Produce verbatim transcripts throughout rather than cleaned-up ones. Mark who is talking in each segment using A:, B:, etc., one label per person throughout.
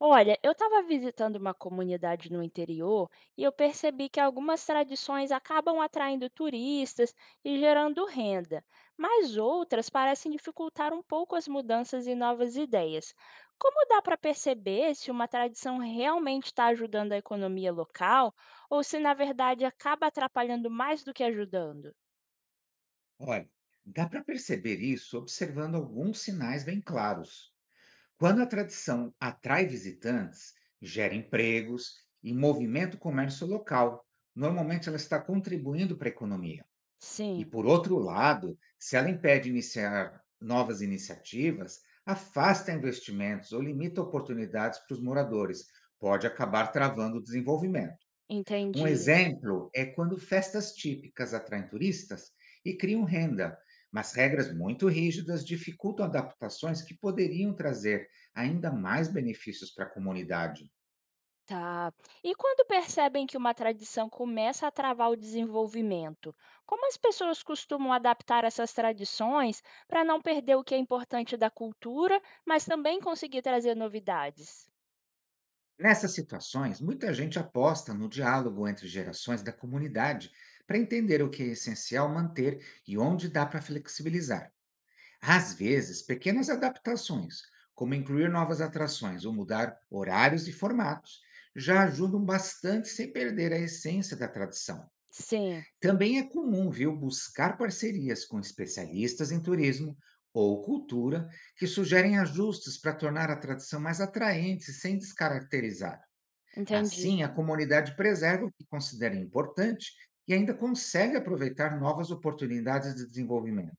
A: Olha, eu estava visitando uma comunidade no interior e eu percebi que algumas tradições acabam atraindo turistas e gerando renda, mas outras parecem dificultar um pouco as mudanças e novas ideias. Como dá para perceber se uma tradição realmente está ajudando a economia local ou se, na verdade, acaba atrapalhando mais do que ajudando?
B: Olha, dá para perceber isso observando alguns sinais bem claros. Quando a tradição atrai visitantes, gera empregos e movimenta o comércio local, normalmente ela está contribuindo para a economia. E
A: Sim,
B: por outro lado, se ela impede iniciar novas iniciativas, afasta investimentos ou limita oportunidades para os moradores, pode acabar travando o desenvolvimento. Um
A: entendi.
B: exemplo é quando festas típicas atraem turistas e criam renda, mas regras muito rígidas dificultam adaptações que poderiam trazer ainda mais benefícios para a comunidade.
A: Tá. E quando percebem que uma tradição começa a travar o desenvolvimento, como as pessoas costumam adaptar essas tradições para não perder o que é importante da cultura, mas também conseguir trazer novidades?
B: Nessas situações, muita gente aposta no diálogo entre gerações da comunidade para entender o que é essencial manter e onde dá para flexibilizar. Às vezes, pequenas adaptações, como incluir novas atrações ou mudar horários e formatos, já ajudam bastante sem perder a essência da tradição.
A: Sim,
B: Também é comum, viu, buscar parcerias com especialistas em turismo ou cultura que sugerem ajustes para tornar a tradição mais atraente sem descaracterizar.
A: entendi.
B: Assim, a comunidade preserva o que considera importante e ainda consegue aproveitar novas oportunidades de desenvolvimento.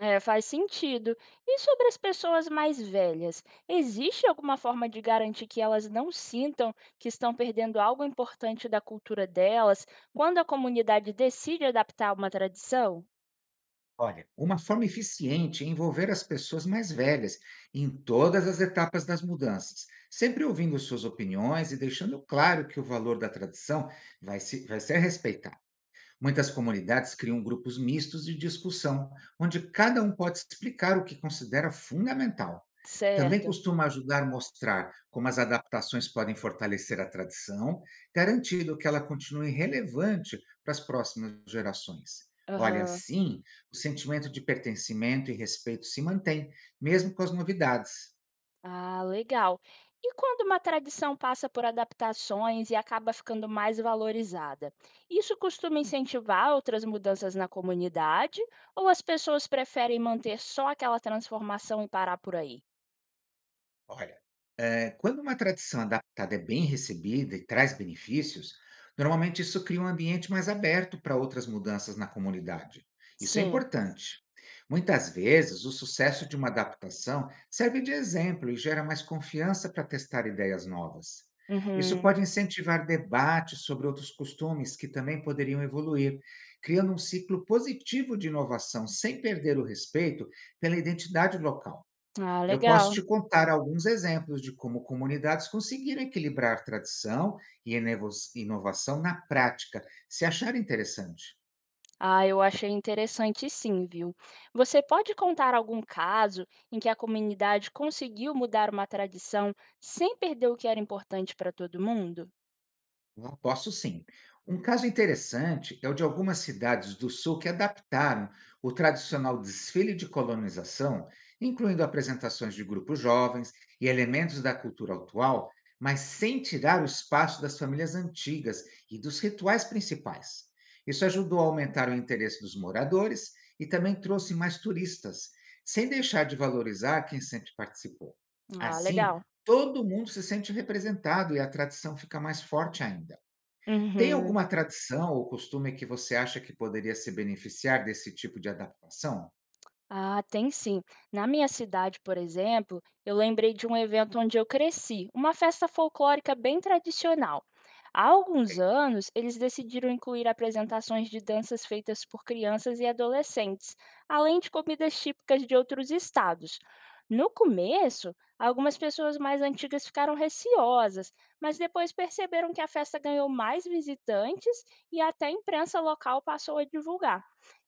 A: É, faz sentido. E sobre as pessoas mais velhas, existe alguma forma de garantir que elas não sintam que estão perdendo algo importante da cultura delas quando a comunidade decide adaptar uma tradição?
B: Olha, uma forma eficiente é envolver as pessoas mais velhas em todas as etapas das mudanças, sempre ouvindo suas opiniões e deixando claro que o valor da tradição vai, se- vai ser respeitado. Muitas comunidades criam grupos mistos de discussão, onde cada um pode explicar o que considera fundamental. Também
A: Certo.
B: costuma ajudar a mostrar como as adaptações podem fortalecer a tradição, garantindo que ela continue relevante para as próximas gerações. Olha,
A: Aham.
B: assim, o sentimento de pertencimento e respeito se mantém, mesmo com as novidades.
A: Ah, legal. E quando uma tradição passa por adaptações e acaba ficando mais valorizada, isso costuma incentivar outras mudanças na comunidade ou as pessoas preferem manter só aquela transformação e parar por aí?
B: Olha. Eh, quando uma tradição adaptada é bem recebida e traz benefícios, normalmente isso cria um ambiente mais aberto para outras mudanças na comunidade. Isso é
A: Sim.
B: importante. Muitas vezes, o sucesso de uma adaptação serve de exemplo e gera mais confiança para testar ideias novas. Isso
A: Uhum.
B: pode incentivar debates sobre outros costumes que também poderiam evoluir, criando um ciclo positivo de inovação sem perder o respeito pela identidade local.
A: Ah,
B: Eu posso
A: legal.
B: te contar alguns exemplos de como comunidades conseguiram equilibrar tradição e inevo- inovação na prática, se achar interessante.
A: Ah, eu achei interessante sim, viu? Você pode contar algum caso em que a comunidade conseguiu mudar uma tradição sem perder o que era importante para todo mundo?
B: Não, posso sim. Um caso interessante é o de algumas cidades do sul que adaptaram o tradicional desfile de colonização, incluindo apresentações de grupos jovens e elementos da cultura atual, mas sem tirar o espaço das famílias antigas e dos rituais principais. Isso ajudou a aumentar o interesse dos moradores e também trouxe mais turistas, sem deixar de valorizar quem sempre participou.
A: Ah,
B: Assim,
A: legal.
B: todo mundo se sente representado e a tradição fica mais forte ainda. Tem
A: Uhum.
B: alguma tradição ou costume que você acha que poderia se beneficiar desse tipo de adaptação?
A: Ah, tem sim. Na minha cidade, por exemplo, eu lembrei de um evento onde eu cresci, uma festa folclórica bem tradicional. Há alguns
B: Ok.
A: anos, eles decidiram incluir apresentações de danças feitas por crianças e adolescentes, além de comidas típicas de outros estados. No começo, algumas pessoas mais antigas ficaram receosas, mas depois perceberam que a festa ganhou mais visitantes e até a imprensa local passou a divulgar.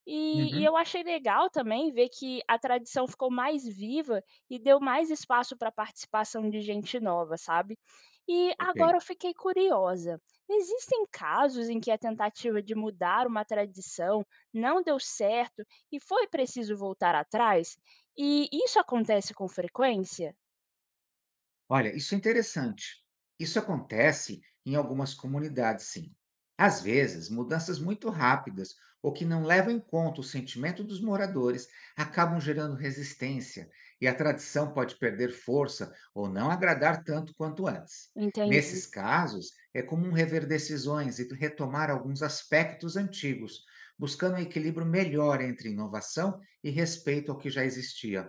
A: E e
B: Uhum,
A: eu achei legal também ver que a tradição ficou mais viva e deu mais espaço para a participação de gente nova, sabe. E
B: ok.
A: agora eu fiquei curiosa, existem casos em que a tentativa de mudar uma tradição não deu certo e foi preciso voltar atrás? E isso acontece com frequência?
B: Olha, isso é interessante. Isso acontece em algumas comunidades, sim. Às vezes, mudanças muito rápidas ou que não levam em conta o sentimento dos moradores acabam gerando resistência e a tradição pode perder força ou não agradar tanto quanto antes.
A: Entendi,
B: Nesses casos, é comum rever decisões e retomar alguns aspectos antigos, buscando um equilíbrio melhor entre inovação e respeito ao que já existia.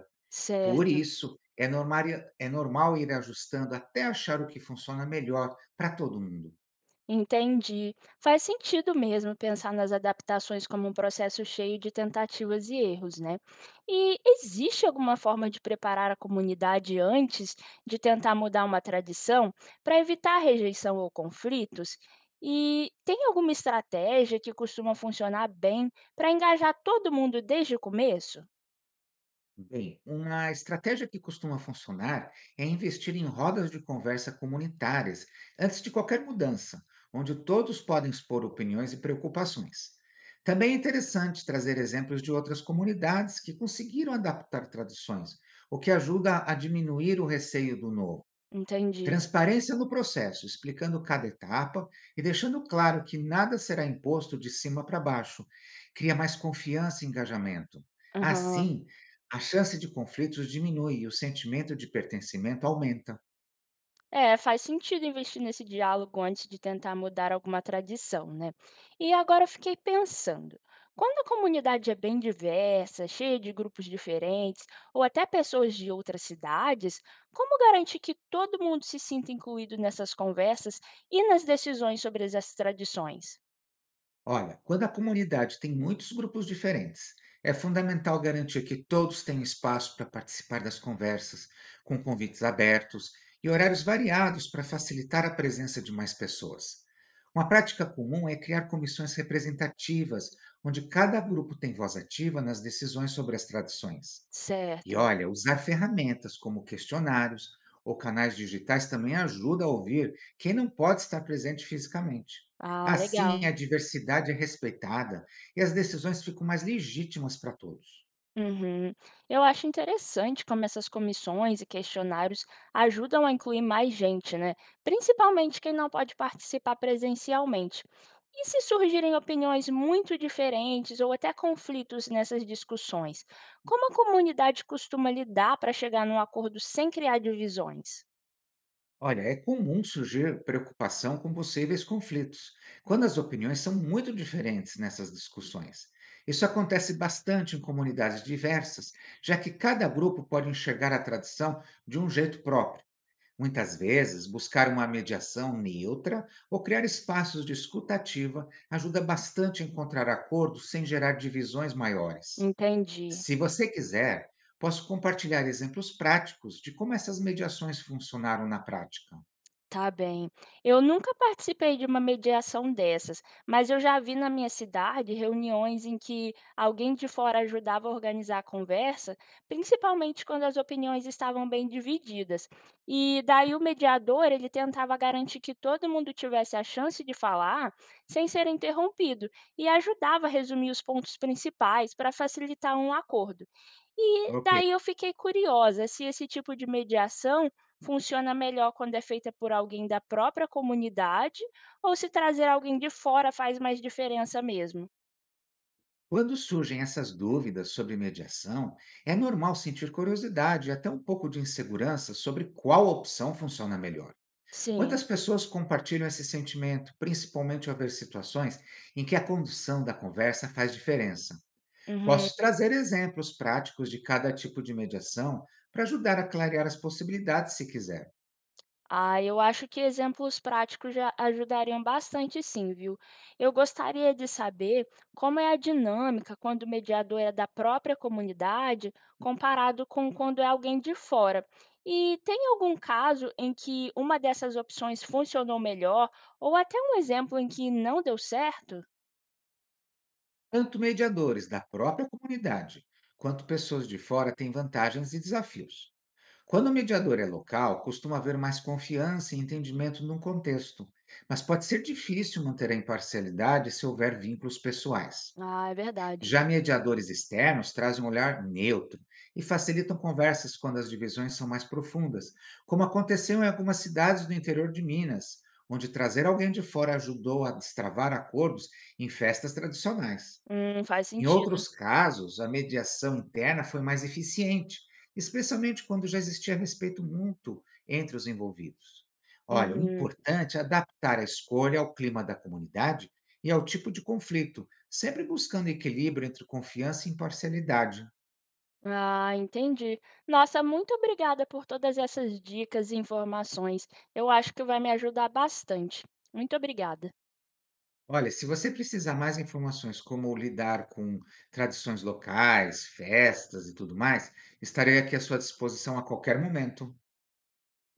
B: Por
A: certo.
B: isso, é normal, ir- é normal ir ajustando até achar o que funciona melhor para todo mundo.
A: Entendi. Faz sentido mesmo pensar nas adaptações como um processo cheio de tentativas e erros, né? E existe alguma forma de preparar a comunidade antes de tentar mudar uma tradição para evitar rejeição ou conflitos? E tem alguma estratégia que costuma funcionar bem para engajar todo mundo desde o começo?
B: Bem, uma estratégia que costuma funcionar é investir em rodas de conversa comunitárias antes de qualquer mudança, onde todos podem expor opiniões e preocupações. Também é interessante trazer exemplos de outras comunidades que conseguiram adaptar tradições, o que ajuda a diminuir o receio do novo.
A: Entendi.
B: Transparência no processo, explicando cada etapa e deixando claro que nada será imposto de cima para baixo. Cria mais confiança e engajamento.
A: Aham.
B: Assim, a chance de conflitos diminui e o sentimento de pertencimento aumenta.
A: É, faz sentido investir nesse diálogo antes de tentar mudar alguma tradição, né? E agora eu fiquei pensando, quando a comunidade é bem diversa, cheia de grupos diferentes, ou até pessoas de outras cidades, como garante que todo mundo se sinta incluído nessas conversas e nas decisões sobre essas tradições?
B: Olha, quando a comunidade tem muitos grupos diferentes, é fundamental garantir que todos tenham espaço para participar das conversas, com convites abertos e horários variados para facilitar a presença de mais pessoas. Uma prática comum é criar comissões representativas, onde cada grupo tem voz ativa nas decisões sobre as tradições. E
A: Certo.
B: olha, usar ferramentas como questionários ou canais digitais também ajuda a ouvir quem não pode estar presente fisicamente.
A: Ah, legal.
B: Assim, a diversidade é respeitada e as decisões ficam mais legítimas para todos.
A: Uhum. Eu acho interessante como essas comissões e questionários ajudam a incluir mais gente, né? Principalmente quem não pode participar presencialmente. E se surgirem opiniões muito diferentes ou até conflitos nessas discussões, como a comunidade costuma lidar para chegar num acordo sem criar divisões?
B: Olha, é comum surgir preocupação com possíveis conflitos, quando as opiniões são muito diferentes nessas discussões. Isso acontece bastante em comunidades diversas, já que cada grupo pode enxergar a tradição de um jeito próprio. Muitas vezes, buscar uma mediação neutra ou criar espaços de escuta ativa ajuda bastante a encontrar acordos sem gerar divisões maiores.
A: Entendi.
B: Se você quiser, posso compartilhar exemplos práticos de como essas mediações funcionaram na prática.
A: Tá bem. Eu nunca participei de uma mediação dessas, mas eu já vi na minha cidade reuniões em que alguém de fora ajudava a organizar a conversa, principalmente quando as opiniões estavam bem divididas. E daí o mediador, ele tentava garantir que todo mundo tivesse a chance de falar sem ser interrompido e ajudava a resumir os pontos principais para facilitar um acordo. E
B: Ok.
A: daí eu fiquei curiosa se esse tipo de mediação funciona melhor quando é feita por alguém da própria comunidade ou se trazer alguém de fora faz mais diferença mesmo.
B: Quando surgem essas dúvidas sobre mediação, é normal sentir curiosidade e até um pouco de insegurança sobre qual opção funciona melhor.
A: Sim.
B: Muitas pessoas compartilham esse sentimento, principalmente ao ver situações em que a condução da conversa faz diferença.
A: Uhum.
B: Posso trazer exemplos práticos de cada tipo de mediação para ajudar a clarear as possibilidades, se quiser.
A: Ah, eu acho que exemplos práticos já ajudariam bastante, sim, viu? Eu gostaria de saber como é a dinâmica quando o mediador é da própria comunidade, comparado com quando é alguém de fora. E tem algum caso em que uma dessas opções funcionou melhor, ou até um exemplo em que não deu certo?
B: Tanto mediadores da própria comunidade quanto pessoas de fora têm vantagens e desafios. Quando o mediador é local, costuma haver mais confiança e entendimento num contexto, mas pode ser difícil manter a imparcialidade se houver vínculos pessoais.
A: Ah, é verdade.
B: Já mediadores externos trazem um olhar neutro e facilitam conversas quando as divisões são mais profundas, como aconteceu em algumas cidades do interior de Minas, onde trazer alguém de fora ajudou a destravar acordos em festas tradicionais.
A: Hum, faz
B: Em
A: sentido.
B: outros casos, a mediação interna foi mais eficiente, especialmente quando já existia respeito mútuo entre os envolvidos. Olha, o
A: Uhum.
B: importante é adaptar a escolha ao clima da comunidade e ao tipo de conflito, sempre buscando equilíbrio entre confiança e imparcialidade.
A: Ah, entendi. Nossa, muito obrigada por todas essas dicas e informações. Eu acho que vai me ajudar bastante. Muito obrigada.
B: Olha, se você precisar mais informações como lidar com tradições locais, festas e tudo mais, estarei aqui à sua disposição a qualquer momento.